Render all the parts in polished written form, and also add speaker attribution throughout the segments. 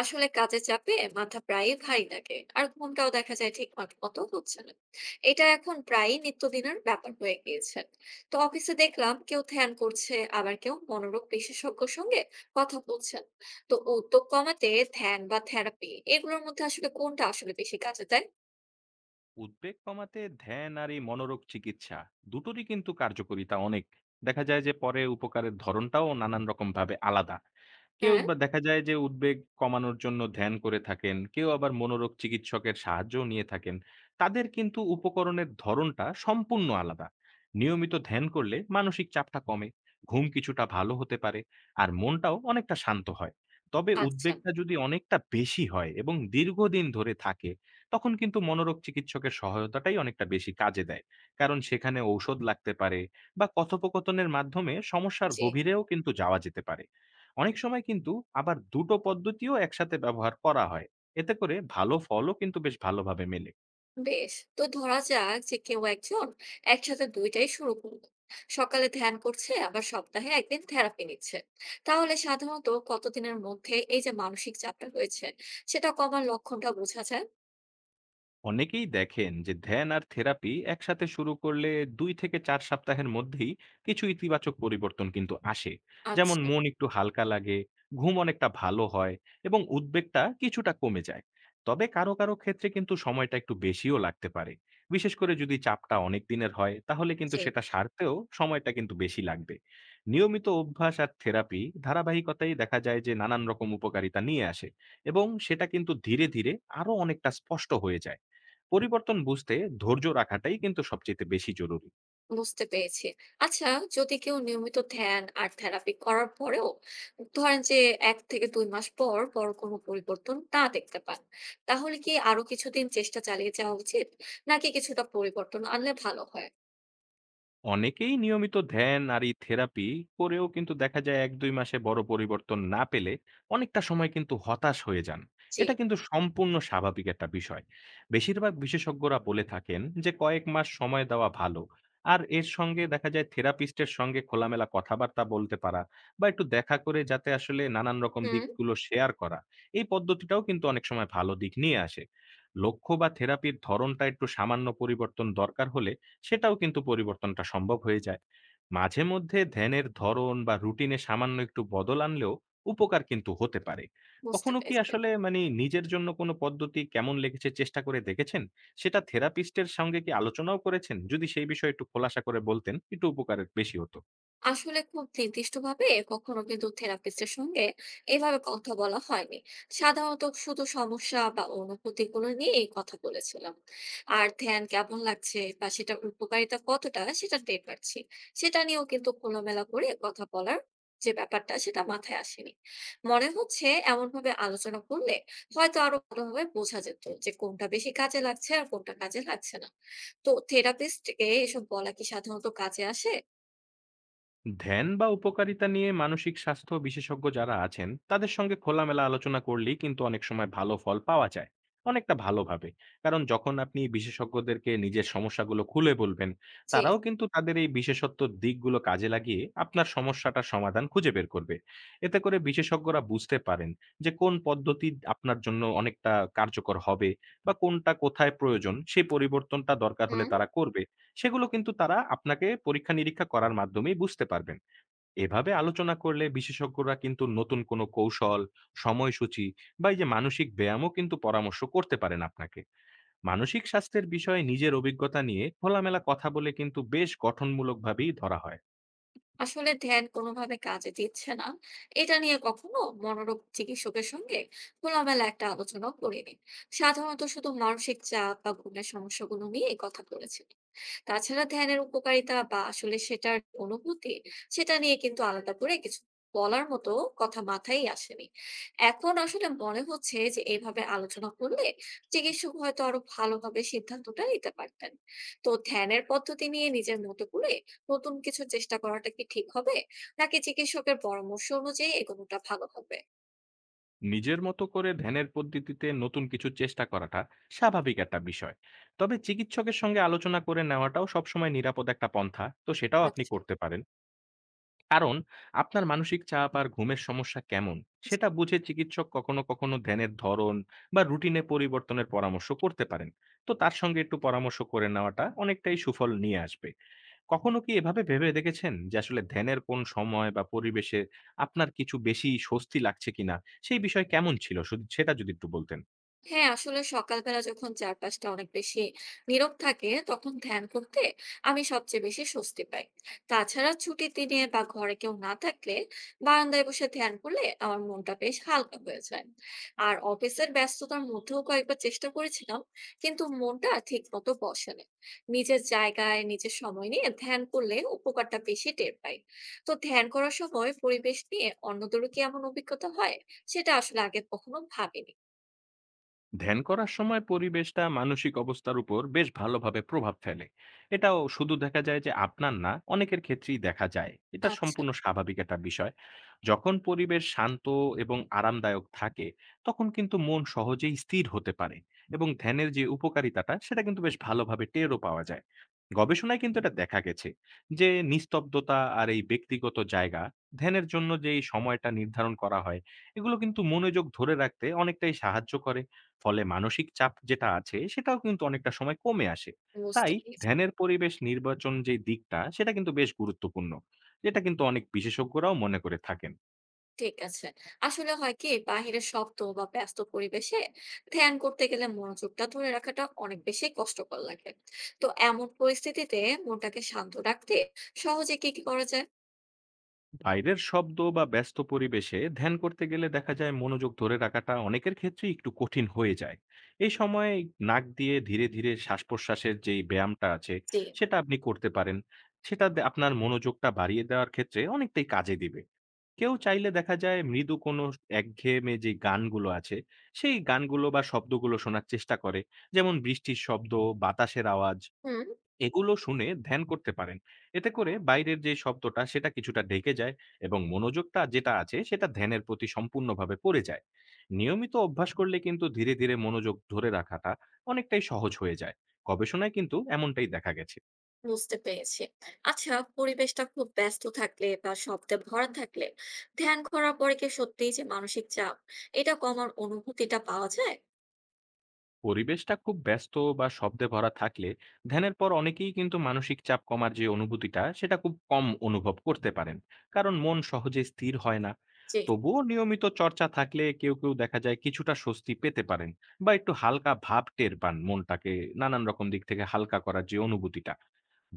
Speaker 1: আসলে কাজের চাপে মাথা প্রায়ই ভারী লাগে আর ঘুমটাও দেখা যায় ঠিক মতো হচ্ছে না। এটা এখন প্রায়ই নিত্যদিনের ব্যাপার হয়ে গিয়েছে। তো অফিসে দেখলাম কেউ ধ্যান করছে আবার কেউ মনোরোগ বিশেষজ্ঞের সঙ্গে কথা বলছেন। তো উদ্যোগ কমাতে ধ্যান বা থেরাপি এগুলোর মধ্যে আসলে কোনটা আসলে বেশি কাজে দেয়?
Speaker 2: উদ্বেগ কমাতে ধ্যান আর এই মনোরোগ চিকিৎসা দুটোরই কিন্তু কার্যকারিতা অনেক। দেখা যায় যে পরে উপকারের ধরনটাও নানান রকম ভাবে আলাদা। কেউ
Speaker 1: হ্যাঁ।
Speaker 2: বা দেখা যায় যে উদ্বেগ কমানোর জন্য ধ্যান করে থাকেন, কেউ আবার মনোরোগ চিকিৎসকের সাহায্য নিয়ে থাকেন। তাদের কিন্তু উপকরণের ধরনটা সম্পূর্ণ আলাদা। নিয়মিত ধ্যান করলে মানসিক চাপটা কমে, ঘুম কিছুটা ভালো হতে পারে, আর মনটাও অনেকটা শান্ত হয়। তবে
Speaker 1: আচ্ছা।
Speaker 2: উদ্বেগটা যদি অনেকটা বেশি হয় এবং দীর্ঘদিন ধরে থাকে, তখন কিন্তু মনোরোগ চিকিৎসকের সহায়তাটাই অনেকটা বেশি কাজে দেয়। কারণ সেখানে ঔষধ লাগতে পারে বা কথোপকথনের মাধ্যমে সমস্যার
Speaker 1: জি।
Speaker 2: গভীরেও কিন্তু যাওয়া যেতে পারে। অনেক সময় কিন্তু আবার দুটো পদ্ধতিও একসাথে ব্যবহার করা হয়। এতে করে ভালো ফলও কিন্তু বেশ ভালোভাবে মেলে।
Speaker 1: বেশ, তো ধরা যাক যে কেউ একজন একসাথে দুইটাই শুরু করলো, সকালে ধ্যান করছে আবার সপ্তাহে একদিন থেরাপি নিচ্ছে, তাহলে সাধারণত কতদিনের মধ্যে এই যে মানসিক চাপটা রয়েছে সেটা কমার লক্ষণটা বোঝা যায়?
Speaker 2: অনেকেই দেখেন যে ধ্যান আর থেরাপি একসাথে শুরু করলে দুই থেকে চার সপ্তাহের মধ্যেই কিছু ইতিবাচক পরিবর্তন কিন্তু আসে। যেমন
Speaker 1: আচ্ছা।
Speaker 2: মন একটু হালকা লাগে, ঘুম অনেকটা ভালো হয়, এবং উদ্বেগটা কিছুটা কমে যায়। তবে কারো কারো ক্ষেত্রে কিন্তু সময়টা একটু বেশিও লাগতে পারে। বিশেষ করে যদি চাপটা অনেক দিনের হয়, তাহলে কিন্তু
Speaker 1: জি।
Speaker 2: সেটা সারতেও সময়টা কিন্তু বেশি লাগবে। নিয়মিত অভ্যাস আর থেরাপি ধারাবাহিকতায় দেখা যায় যে নানান রকম উপকারিতা নিয়ে আসে, এবং সেটা কিন্তু ধীরে ধীরে আরো অনেকটা স্পষ্ট হয়ে যায়। পরিবর্তন বুঝতে ধৈর্য রাখাটাই কিন্তু সবচেয়ে বেশি জরুরি।
Speaker 1: বুঝতে পেরেছি। আচ্ছা, যদি কেউ নিয়মিত ধ্যান আর থেরাপি করার পরেও, ধরেন যে এক থেকে দুই মাস পর বড় কোনো পরিবর্তন না দেখতে পান, তাহলে কি আরো কিছুদিন চেষ্টা চালিয়ে যাওয়া উচিত, নাকি কিছুটা পরিবর্তন আনলে ভালো হয়?
Speaker 2: অনেকেই নিয়মিত ধ্যান আর এই থেরাপি করেও কিন্তু দেখা যায় ১-২ মাসে বড় পরিবর্তন না পেলে অনেকটা সময় কিন্তু হতাশ হয়ে যান।
Speaker 1: জি।
Speaker 2: এটা কিন্তু সম্পূর্ণ স্বাভাবিক একটা বিষয়। বেশিরভাগ বিশেষজ্ঞরা বলে থাকেন যে কয়েক মাস সময় দেওয়া ভালো। আর এর সঙ্গে দেখা যায় থেরাপিস্টের সঙ্গে খোলামেলা কথাবার্তা বলতে পারা বা একটু দেখা করে যাতে আসলে নানান রকম
Speaker 1: হুম।
Speaker 2: দিকগুলো শেয়ার করা। এই পদ্ধতিটাও কিন্তু অনেক সময় ভালো দিক নিয়ে আসে। লক্ষ্য বা থেরাপির ধরনটা একটু সামান্য পরিবর্তন দরকার হলে সেটাও কিন্তু পরিবর্তনটা সম্ভব হয়ে যায়। মাঝে মধ্যে ধ্যানের ধরন বা রুটিনে সামান্য একটু বদল আনলেও উপকার কিন্তু হতে পারে।
Speaker 1: বুঝতে
Speaker 2: কখনো কি
Speaker 1: পেরেছি।
Speaker 2: আসলে মানে নিজের জন্য কোনো পদ্ধতি কেমন লেগেছে চেষ্টা করে দেখেছেন? সেটা থেরাপিস্টের সঙ্গে কি আলোচনাও করেছেন? যদি সেই বিষয়ে একটু খোলাসা করে বলতেন, একটু উপকারের বেশি হতো।
Speaker 1: আসলে খুব নির্দিষ্টভাবে কখনো কিন্তু থেরাপিস্টের সঙ্গে এভাবে কথা বলা হয়নি। সাধারণত শুধু সমস্যা বা অনুভূতি গুলো নিয়ে এই কথা বলেছিলাম। আর ধ্যান কেমন লাগছে বা সেটার উপকারিতা কতটা সেটা টের পাচ্ছি, সেটা নিয়েও কিন্তু খোলামেলা করে কথা বলার যে ব্যাপারটা, সেটা মাথায় আসেনি। মনে হচ্ছে এমন ভাবে আলোচনা করলে হয়তো আরো ভালোভাবে বোঝা যেত যে কোনটা বেশি কাজে লাগছে আর কোনটা কাজে লাগছে না। তো থেরাপিস্টকে এসব বলা কি সাধারণত কাজে আসে?
Speaker 2: ধ্যান বা উপকারিতা নিয়ে মানসিক স্বাস্থ্য বিশেষজ্ঞ যারা আছেন তাদের সঙ্গে খোলামেলা আলোচনা করলেই কিন্তু অনেক সময় ভালো ফল পাওয়া যায়, অনেকটা ভালোভাবে। কারণ যখন আপনি বিশেষজ্ঞদেরকে নিজের সমস্যাগুলো খুলে বলবেন,
Speaker 1: যে
Speaker 2: তারাও কিন্তু তাদের এই বিশেষত্ব দিকগুলো কাজে লাগিয়ে আপনার সমস্যাটার সমাধান খুঁজে বের করবে। এতে করে বিশেষজ্ঞরা বুঝতে পারেন যে কোন পদ্ধতি আপনার জন্য অনেকটা কার্যকর হবে, বা কোনটা কোথায় প্রয়োজন সেই পরিবর্তনটা দরকার হলে তারা করবে। সেগুলো কিন্তু তারা আপনাকে পরীক্ষা-নিরীক্ষা করার মাধ্যমেই বুঝতে পারবেন। এভাবে আলোচনা করলে বিশেষজ্ঞরা কিন্তু নতুন কোনো কৌশল, সময়সূচি বা এই যে মানসিক ব্যায়ামও কিন্তু পরামর্শ করতে পারেন আপনাকে। মানসিক স্বাস্থ্যের বিষয়ে নিজের অভিজ্ঞতা নিয়ে খোলামেলা কথা বলে কিন্তু বেশ গঠনমূলকভাবেই ধরা হয়।
Speaker 1: আসলে ধ্যান কোনোভাবে কাজে দিচ্ছে না, এটা নিয়ে কখনো মনোরোগ চিকিৎসকের সঙ্গে খোলামেলা একটা আলোচনা করিনি। সাধারণত শুধু মানসিক চাপ বা ঘুমের সমস্যাগুলো নিয়ে কথা বলেছি। তাছাড়া ধ্যানের উপকারিতা বা আসলে সেটার অনুভূতি, সেটা নিয়ে কিন্তু আলাদা করে কিছু বলার মতো কথা মাথায় আসেনি। এখন আসলে মনে হচ্ছে যে এইভাবে আলোচনা করলে চিকিৎসক হয়তো আরো ভালোভাবে সিদ্ধান্তটা নিতে পারতেন। তো ধ্যানের পদ্ধতি নিয়ে নিজের মতো করে নতুন কিছু চেষ্টা করাটা কি ঠিক হবে, নাকি চিকিৎসকের পরামর্শ অনুযায়ী এগোনোটা ভালো হবে?
Speaker 2: নিজের মতো করে ধ্যানের পদ্ধতিতে নতুন কিছু চেষ্টা করাটা স্বাভাবিক একটা বিষয়। তবে চিকিৎসকের সঙ্গে আলোচনা করে নেওয়াটাও সবসময় নিরাপদ একটা পন্থা। তো সেটাও আপনি
Speaker 1: আচ্ছা।
Speaker 2: করতে পারেন। কারণ আপনার মানসিক চাপ আর ঘুমের সমস্যা কেমন সেটা বুঝে চিকিৎসক কখনো কখনো ধ্যানের ধরন বা রুটিনে পরিবর্তনের পরামর্শ করতে পারেন। তো তার সঙ্গে একটু পরামর্শ করে নেওয়াটা অনেকটাই সুফল নিয়ে আসবে। কখনো কি এভাবে ভেবে দেখেছেন যে আসলে ধ্যানের কোন সময় বা পরিবেশে আপনার কিছু বেশি স্বস্তি লাগছে কিনা? সেই বিষয় কেমন ছিল, শুধু সেটা যদি একটু বলতেন।
Speaker 1: হ্যাঁ, আসলে সকালবেলা যখন চারপাশটা অনেক বেশি নীরব থাকে তখন ধ্যান করতে আমি সবচেয়ে বেশি স্বস্তি পাই। তাছাড়া ছুটির দিনে বা ঘরে কেউ না থাকলে বারান্দায় বসে ধ্যান করলে আমার মনটা বেশ হালকা হয়ে যায়। আর অফিসের ব্যস্ততার মধ্যেও কয়েকবার চেষ্টা করেছিলাম, কিন্তু মনটা ঠিক মতো বসে না। নিজের জায়গায় নিজের সময় নিয়ে ধ্যান করলে উপকারটা বেশি টের পাই। তো ধ্যান করার সময় পরিবেশ নিয়ে অন্যদেরও কি এমন অভিজ্ঞতা হয়, সেটা আসলে আগে কখনো ভাবিনি।
Speaker 2: ধ্যান করার সময় পরিবেশটা মানসিক অবস্থার উপর বেশ ভালোভাবে প্রভাব ফেলে। এটাও শুধু দেখা যায় যে আপনার না, অনেকের ক্ষেত্রেই দেখা যায়, এটা
Speaker 1: আচ্ছা।
Speaker 2: সম্পূর্ণ স্বাভাবিক একটা বিষয়। যখন পরিবেশ শান্ত এবং আরামদায়ক থাকে, তখন কিন্তু মন সহজেই স্থির হতে পারে এবং ধ্যানের যে উপকারিতাটা সেটা কিন্তু বেশ ভালোভাবে টেরও পাওয়া যায়। গবেষণায় কিন্তু এটা দেখা গেছে যে নিস্তব্ধতা আর এই ব্যক্তিগত জায়গা, ধ্যানের জন্য যে এই সময়টা নির্ধারণ করা হয়, এগুলো কিন্তু মনোযোগ ধরে রাখতে অনেকটাই সাহায্য করে। ফলে মানসিক চাপ যেটা আছে সেটাও কিন্তু অনেকটা সময় কমে আসে। তাই
Speaker 1: বুঝতে পেরেছি।
Speaker 2: ধ্যানের পরিবেশ নির্বাচন যে দিকটা, সেটা কিন্তু বেশ গুরুত্বপূর্ণ। এটা কিন্তু অনেক বিশেষজ্ঞরাও মনে করে থাকেন।
Speaker 1: ঠিক আছে। আসলে হয় কি, বাহিরের শব্দ বা ব্যস্ত পরিবেশে ধ্যান করতে গেলে মনোযোগটা ধরে রাখাটা অনেক বেশি কষ্টকর লাগে। তো এমন পরিস্থিতিতে মনটাকে শান্ত রাখতে সহজে কি করা যায়?
Speaker 2: বাইরের শব্দ বা ব্যস্ত পরিবেশে ধ্যান করতে গেলে দেখা যায় মনোযোগ ধরে রাখাটা অনেকের ক্ষেত্রে একটু কঠিন হয়ে যায়। এই সময় নাক দিয়ে ধীরে ধীরে শ্বাস প্রশ্বাসের যে ব্যায়ামটা আছে
Speaker 1: জি।
Speaker 2: সেটা আপনি করতে পারেন। সেটা আপনার মনোযোগটা বাড়িয়ে দেওয়ার ক্ষেত্রে অনেকটাই কাজে দিবে। কেউ চাইলে দেখা যায় মৃদু কোনো একঘেয়েমে যে গানগুলো আছে সেই গানগুলো বা শব্দগুলো শোনার চেষ্টা করে, যেমন বৃষ্টির শব্দ, বাতাসের আওয়াজ,
Speaker 1: হুম।
Speaker 2: এগুলো শুনে ধ্যান করতে পারেন। এতে করে বাইরের যে শব্দটা সেটা কিছুটা ঢেকে যায়, এবং মনোযোগটা যেটা আছে সেটা ধ্যানের প্রতি সম্পূর্ণভাবে পড়ে যায়। নিয়মিত অভ্যাস করলে কিন্তু ধীরে, ধীরে মনোযোগ ধরে রাখাটা অনেকটাই সহজ হয়ে যায়। গবেষণায় কিন্তু এমনটাই দেখা গেছে।
Speaker 1: বুঝতে পেরেছি। আচ্ছা, পরিবেশটা খুব ব্যস্ত থাকলে বা শব্দে ভরা থাকলে ধ্যান করার পরে কি সত্যিই যে মানসিক চাপ, এটা কমার অনুভূতিটা পাওয়া যায়?
Speaker 2: পরিবেশটা খুব ব্যস্ত বা শব্দে ভরা থাকলে ধ্যানের পর অনেকেই কিন্তু মানসিক চাপ কমার যে অনুভূতিটা সেটা খুব কম অনুভব করতে পারেন, কারণ মন সহজে স্থির হয় না।
Speaker 1: জি।
Speaker 2: তবুও নিয়মিত চর্চা থাকলে কেউ কেউ দেখা যায় কিছুটা স্বস্তি পেতে পারেন, বা একটু হালকা ভাব টের পান মনটাকে, নানান রকম দিক থেকে হালকা করার যে অনুভূতিটা,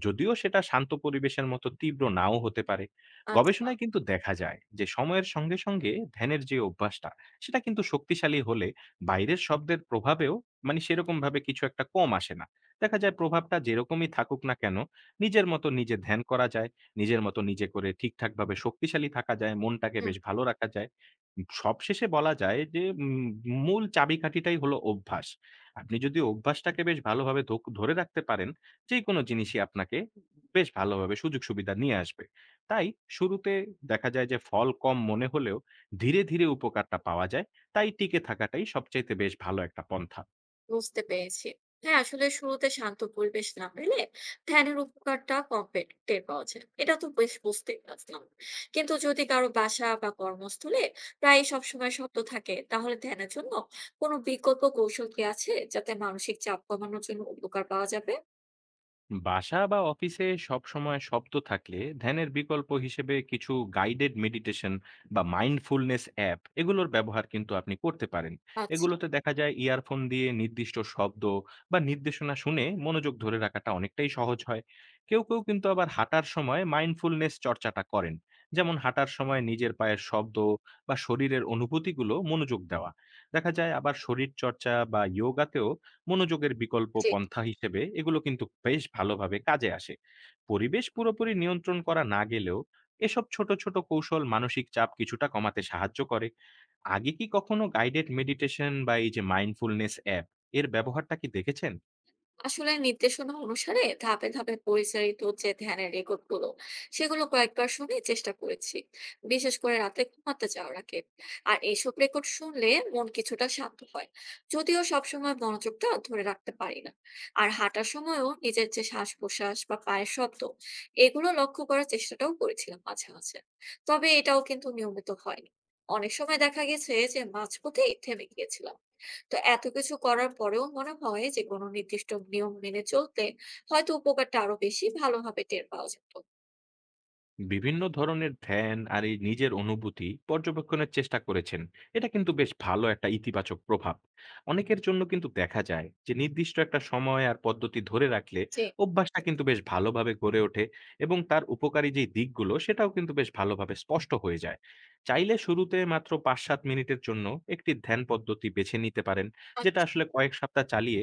Speaker 2: যদিও সেটা শান্ত পরিবেশের মতো তীব্র নাও হতে পারে।
Speaker 1: আচ্ছা।
Speaker 2: গবেষণায় কিন্তু দেখা যায় যে সময়ের সঙ্গে, সঙ্গে ধ্যানের যে অভ্যাসটা সেটা কিন্তু শক্তিশালী হলে বাইরের শব্দের প্রভাবেও মানে সেরকমভাবে কিছু একটা কম আসে না। দেখা যায় প্রভাবটা যেরকমই থাকুক না কেন, নিজের মতো নিজে ধ্যান করা যায়, নিজের মতো নিজে করে ঠিকঠাকভাবে শক্তিশালী থাকা যায়, মনটাকে
Speaker 1: হুম।
Speaker 2: বেশ ভালো রাখা যায়। সবশেষে বলা যায় যে মূল চাবিকাঠিটাই হলো অভ্যাস। আপনি যদি অভ্যাসটাকে বেশ ভালোভাবে ধোক ধরে রাখতে পারেন, যেকোনো জিনিসই আপনাকে বেশ ভালোভাবে সুযোগ-সুবিধা নিয়ে আসবে। তাই শুরুতে দেখা যায় যে ফল কম মনে হলেও ধীরে, ধীরে উপকারটা পাওয়া যায়। তাই টিকে থাকাটাই সবচাইতে বেশ ভালো একটা পন্থা।
Speaker 1: বুঝতে পেরেছি। হ্যাঁ, আসলে শুরুতে শান্ত পরিবেশ না পেলে ধ্যানের উপকারটা কম টের পাওয়া যায়। এটা তো বেশ বুঝতেই পারছিলাম। কিন্তু যদি কারো বাসা বা কর্মস্থলে প্রায় সবসময় শব্দ থাকে, তাহলে ধ্যানের জন্য কোনো বিকল্প কৌশল কি আছে যাতে মানসিক চাপ কমানোর জন্য উপকার পাওয়া যাবে?
Speaker 2: বাসা বা অফিসে সবসময় শব্দ থাকলে ধ্যানের বিকল্প হিসেবে কিছু গাইডেড মেডিটেশন বা মাইন্ডফুলনেস অ্যাপ, এগুলোর ব্যবহার কিন্তু আপনি করতে পারেন।
Speaker 1: আচ্ছা।
Speaker 2: এগুলোতে দেখা যায় ইয়ারফোন দিয়ে নির্দিষ্ট শব্দ বা নির্দেশনা শুনে মনোযোগ ধরে রাখাটা অনেকটাই সহজ হয়। কেউ কেউ কিন্তু আবার হাঁটার সময় মাইন্ডফুলনেস চর্চাটা করেন, যেমন হাঁটার সময় নিজের পায়ের শব্দ বা শরীরের অনুভূতিগুলো মনোযোগ দেওয়া। দেখা যায় আবার শরীর চর্চা বা ইয়োগাতেও মনোযোগের বিকল্প
Speaker 1: জি।
Speaker 2: পন্থা হিসেবে এগুলো কিন্তু বেশ ভালোভাবে কাজে আসে। পরিবেশ পুরোপুরি নিয়ন্ত্রণ করা না গেলেও এসব ছোট, ছোট কৌশল মানসিক চাপ কিছুটা কমাতে সাহায্য করে। আগে কি কখনো গাইডেড মেডিটেশন বা এই যে মাইন্ডফুলনেস অ্যাপ এর ব্যবহারটা কি দেখেছেন?
Speaker 1: আসলে নির্দেশনা অনুসারে ধাপে ধাপে পরিচালিত যে ধ্যানের রেকর্ড গুলো, সেগুলো কয়েকবার শুনে চেষ্টা করেছি, বিশেষ করে রাতে ঘুমাতে যাওয়ার আগে। আর এইসব রেকর্ড শুনলে মন কিছুটা শান্ত হয়, যদিও সবসময় মনোযোগটা ধরে রাখতে পারি না। আর হাঁটার সময়ও নিজের যে শ্বাস প্রশ্বাস বা পায়ের শব্দ, এগুলো লক্ষ্য করার চেষ্টাটাও করেছিলাম মাঝে মাঝে, তবে এটাও কিন্তু নিয়মিত হয়নি। অনেক সময় দেখা গেছে যে মাঝপথেই থেমে গিয়েছিলাম। তো এত কিছু করার পরেও মনে হয় যে কোনো নির্দিষ্ট নিয়ম মেনে চলতে হয়তো উপকারটা আরো বেশি ভালোভাবে টের পাওয়া যেত।
Speaker 2: বিভিন্ন ধরনের ধ্যান আর এই নিজের অনুভূতি পর্যবেক্ষণের চেষ্টা করেছেন, এটা কিন্তু বেশ ভালো একটা ইতিবাচক প্রভাব। অনেকের জন্য কিন্তু দেখা যায় যে নির্দিষ্ট একটা সময় আর পদ্ধতি ধরে রাখলে
Speaker 1: জি।
Speaker 2: অভ্যাসটা কিন্তু বেশ ভালোভাবে গড়ে ওঠে, এবং তার উপকারী যে দিকগুলো সেটাও কিন্তু বেশ ভালোভাবে স্পষ্ট হয়ে যায়। চাইলে শুরুতে মাত্র পাঁচ সাত মিনিটের জন্য একটি ধ্যান পদ্ধতি বেছে নিতে পারেন, যেটা
Speaker 1: আ-
Speaker 2: আসলে কয়েক সপ্তাহ চালিয়ে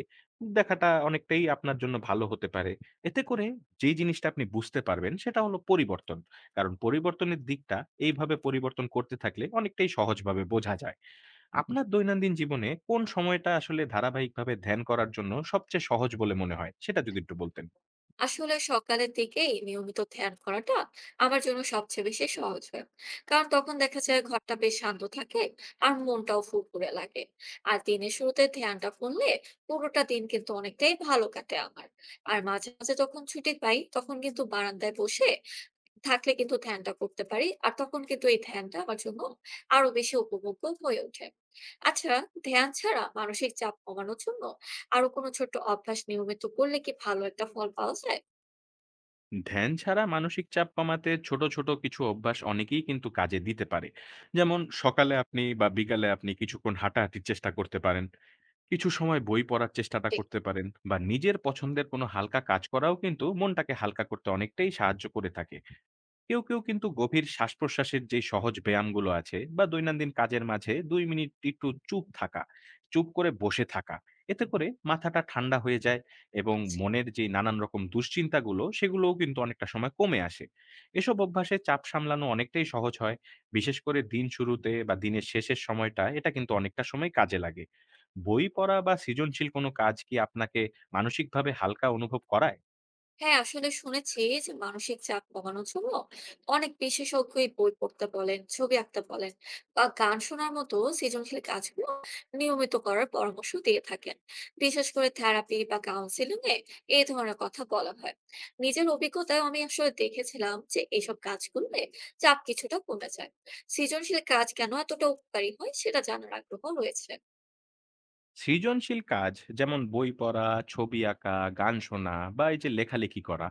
Speaker 2: দেখাটা অনেকটাই আপনার জন্য ভালো হতে পারে। এতে করে যে জিনিসটা আপনি বুঝতে পারবেন সেটা হলো পরিবর্তন, কারণ পরিবর্তনের দিকটা এইভাবে পরিবর্তন করতে থাকলে অনেকটাই সহজভাবে বোঝা যায়। হুম। আপনার দৈনন্দিন জীবনে কোন সময়টা আসলে ধারাবাহিকভাবে ধ্যান করার জন্য সবচেয়ে সহজ বলে মনে হয়? সেটা যদি একটু বলতেন।
Speaker 1: আসলে সকালের দিকেই নিয়মিত ধ্যান করাটা আমার জন্য সবচেয়ে বেশি সহজ হয়। কারণ তখন দেখা যায় ঘরটা বেশ শান্ত থাকে আর মনটাও ফুরফুরে লাগে। আর দিনের শুরুতে ধ্যানটা করলে পুরোটা দিন কিন্তু অনেকটাই ভালো কাটে আমার। আর মাঝে মাঝে যখন ছুটি পাই তখন কিন্তু বারান্দায় বসে থাকলে কিন্তু ধ্যানটা করতে পারি। আর তখন কিন্তু এই ধ্যানটা আমার জন্য আরো বেশি উপভোগ্য হয়ে ওঠে। আচ্ছা, ধ্যান ছাড়া মানসিক চাপ কমানোর জন্য আরো কোনো ছোট্ট অভ্যাস নিয়মিত করলে কি ভালো একটা ফল পাওয়া যায়?
Speaker 2: ধ্যান ছাড়া মানসিক চাপ কমাতে ছোট, ছোট কিছু অভ্যাস অনেকেই কিন্তু কাজে দিতে পারে। যেমন সকালে আপনি বা বিকালে আপনি কিছুক্ষণ হাঁটাহাঁটির চেষ্টা করতে পারেন। কিছু সময় বই পড়ার চেষ্টাটা
Speaker 1: জি।
Speaker 2: করতে পারেন, বা নিজের পছন্দের কোনো হালকা কাজ করাও কিন্তু মনটাকে হালকা করতে অনেকটাই সাহায্য করে থাকে। কেউ কেউ কিন্তু গভীর শ্বাসপ্রশ্বাসের যে সহজ ব্যায়ামগুলো আছে, বা দৈনন্দিন কাজের মাঝে দুই মিনিট একটু চুপ থাকা, চুপ করে বসে থাকা, এতে করে মাথাটা ঠান্ডা হয়ে যায় এবং
Speaker 1: আচ্ছা।
Speaker 2: মনের যে নানান রকম দুশ্চিন্তাগুলো সেগুলোও কিন্তু অনেকটা সময় কমে আসে। এসব অভ্যাসে চাপ সামলানো অনেকটাই সহজ হয়, বিশেষ করে দিন শুরুতে বা দিনের শেষের সময়টা এটা কিন্তু অনেকটা সময় কাজে লাগে। বই পড়া বা সৃজনশীল কোনো কাজ কি আপনাকে মানসিকভাবে হালকা অনুভব করায়?
Speaker 1: হ্যাঁ, আসলে শুনেছি যে মানসিক চাপ কমানোর জন্য অনেক বিশেষজ্ঞই বই পড়তে বলেন, ছবি আঁকতে বলেন, বা গান শোনার মতো সৃজনশীল কাজগুলো নিয়মিত করার পরামর্শ দিয়ে থাকেন। বিশেষ করে থেরাপি বা কাউন্সিলিং এ এই ধরনের কথা বলা হয়। নিজের অভিজ্ঞতায় আমি আসলে দেখেছিলাম যে এইসব কাজগুলোতে চাপ কিছুটা কমে যায়। সৃজনশীল কাজ কেন এতটা উপকারী হয়, সেটা জানার আগ্রহ রয়েছে।
Speaker 2: সৃজনশীল কাজ, যেমন বই পড়া, ছবি আঁকা, গান শোনা বা এই যে লেখালেখি করা,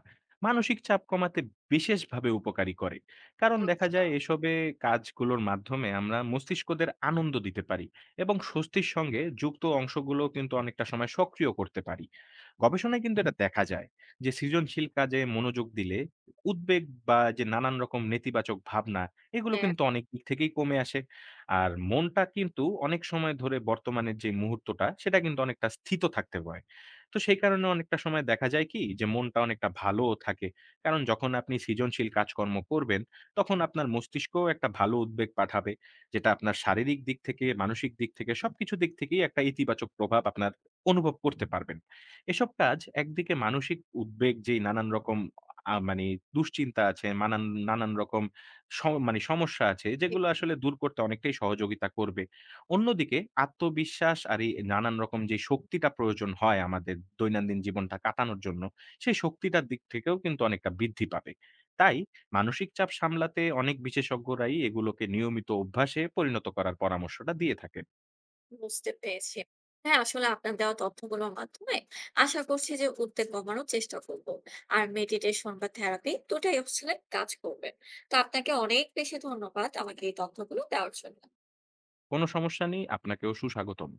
Speaker 2: মানসিক চাপ কমাতে বিশেষভাবে উপকারী করে। কারণ দেখা
Speaker 1: আচ্ছা।
Speaker 2: যায় এসবে কাজগুলোর মাধ্যমে আমরা মস্তিষ্কদের আনন্দ দিতে পারি, এবং স্বস্তির সঙ্গে যুক্ত অংশগুলো কিন্তু অনেকটা সময় সক্রিয় করতে পারি। গবেষণায় কিন্তু এটা দেখা যায় যে সৃজনশীল কাজে মনোযোগ দিলে উদ্বেগ বা যে নানান রকম নেতিবাচক ভাবনা, এগুলো
Speaker 1: হ্যাঁ।
Speaker 2: কিন্তু অনেক দিক থেকেই কমে আসে। আর মনটা কিন্তু অনেক সময় ধরে বর্তমানের যে মুহূর্তটা, সেটা কিন্তু অনেকটা স্থিত থাকতে হয়। তো সেই কারণে অনেকটা সময় দেখা যায় কি যে মনটা অনেকটা ভালোও থাকে। কারণ যখন আপনি সৃজনশীল কাজকর্ম করবেন, তখন আপনার মস্তিষ্কও একটা ভালো উদ্বেগ পাঠাবে, যেটা আপনার শারীরিক দিক থেকে, মানসিক দিক থেকে, সবকিছু দিক থেকেই একটা ইতিবাচক প্রভাব আপনার অনুভব করতে পারবেন। এসব কাজ একদিকে মানসিক উদ্বেগ যেই নানান রকম আ মানে দুশ্চিন্তা আছে, নানান রকম সম মানে সমস্যা আছে, যেগুলো আসলে দূর করতে অনেকটাই সহযোগিতা করবে। অন্যদিকে আত্মবিশ্বাস আর এই নানান রকম যে শক্তিটা প্রয়োজন হয় আমাদের দৈনন্দিন জীবনটা কাটানোর জন্য, সেই শক্তিটার দিক থেকেও কিন্তু অনেকটা বৃদ্ধি পাবে। তাই মানসিক চাপ সামলাতে অনেক বিশেষজ্ঞরাই এগুলোকে নিয়মিত অভ্যাসে পরিণত করার পরামর্শটা দিয়ে থাকেন।
Speaker 1: বুঝতে পেরেছি। হ্যাঁ, আসলে আপনার দেওয়া তথ্যগুলোর মাধ্যমে আশা করছি যে উদ্বেগ কমানোর চেষ্টা করব। আর মেডিটেশন বা থেরাপি দুটাই আসলে কাজ করবে। তো আপনাকে অনেক বেশি ধন্যবাদ আমাকে এই তথ্যগুলো দেওয়ার জন্য।
Speaker 2: কোনো সমস্যা নেই, আপনাকেও সুস্বাগতম।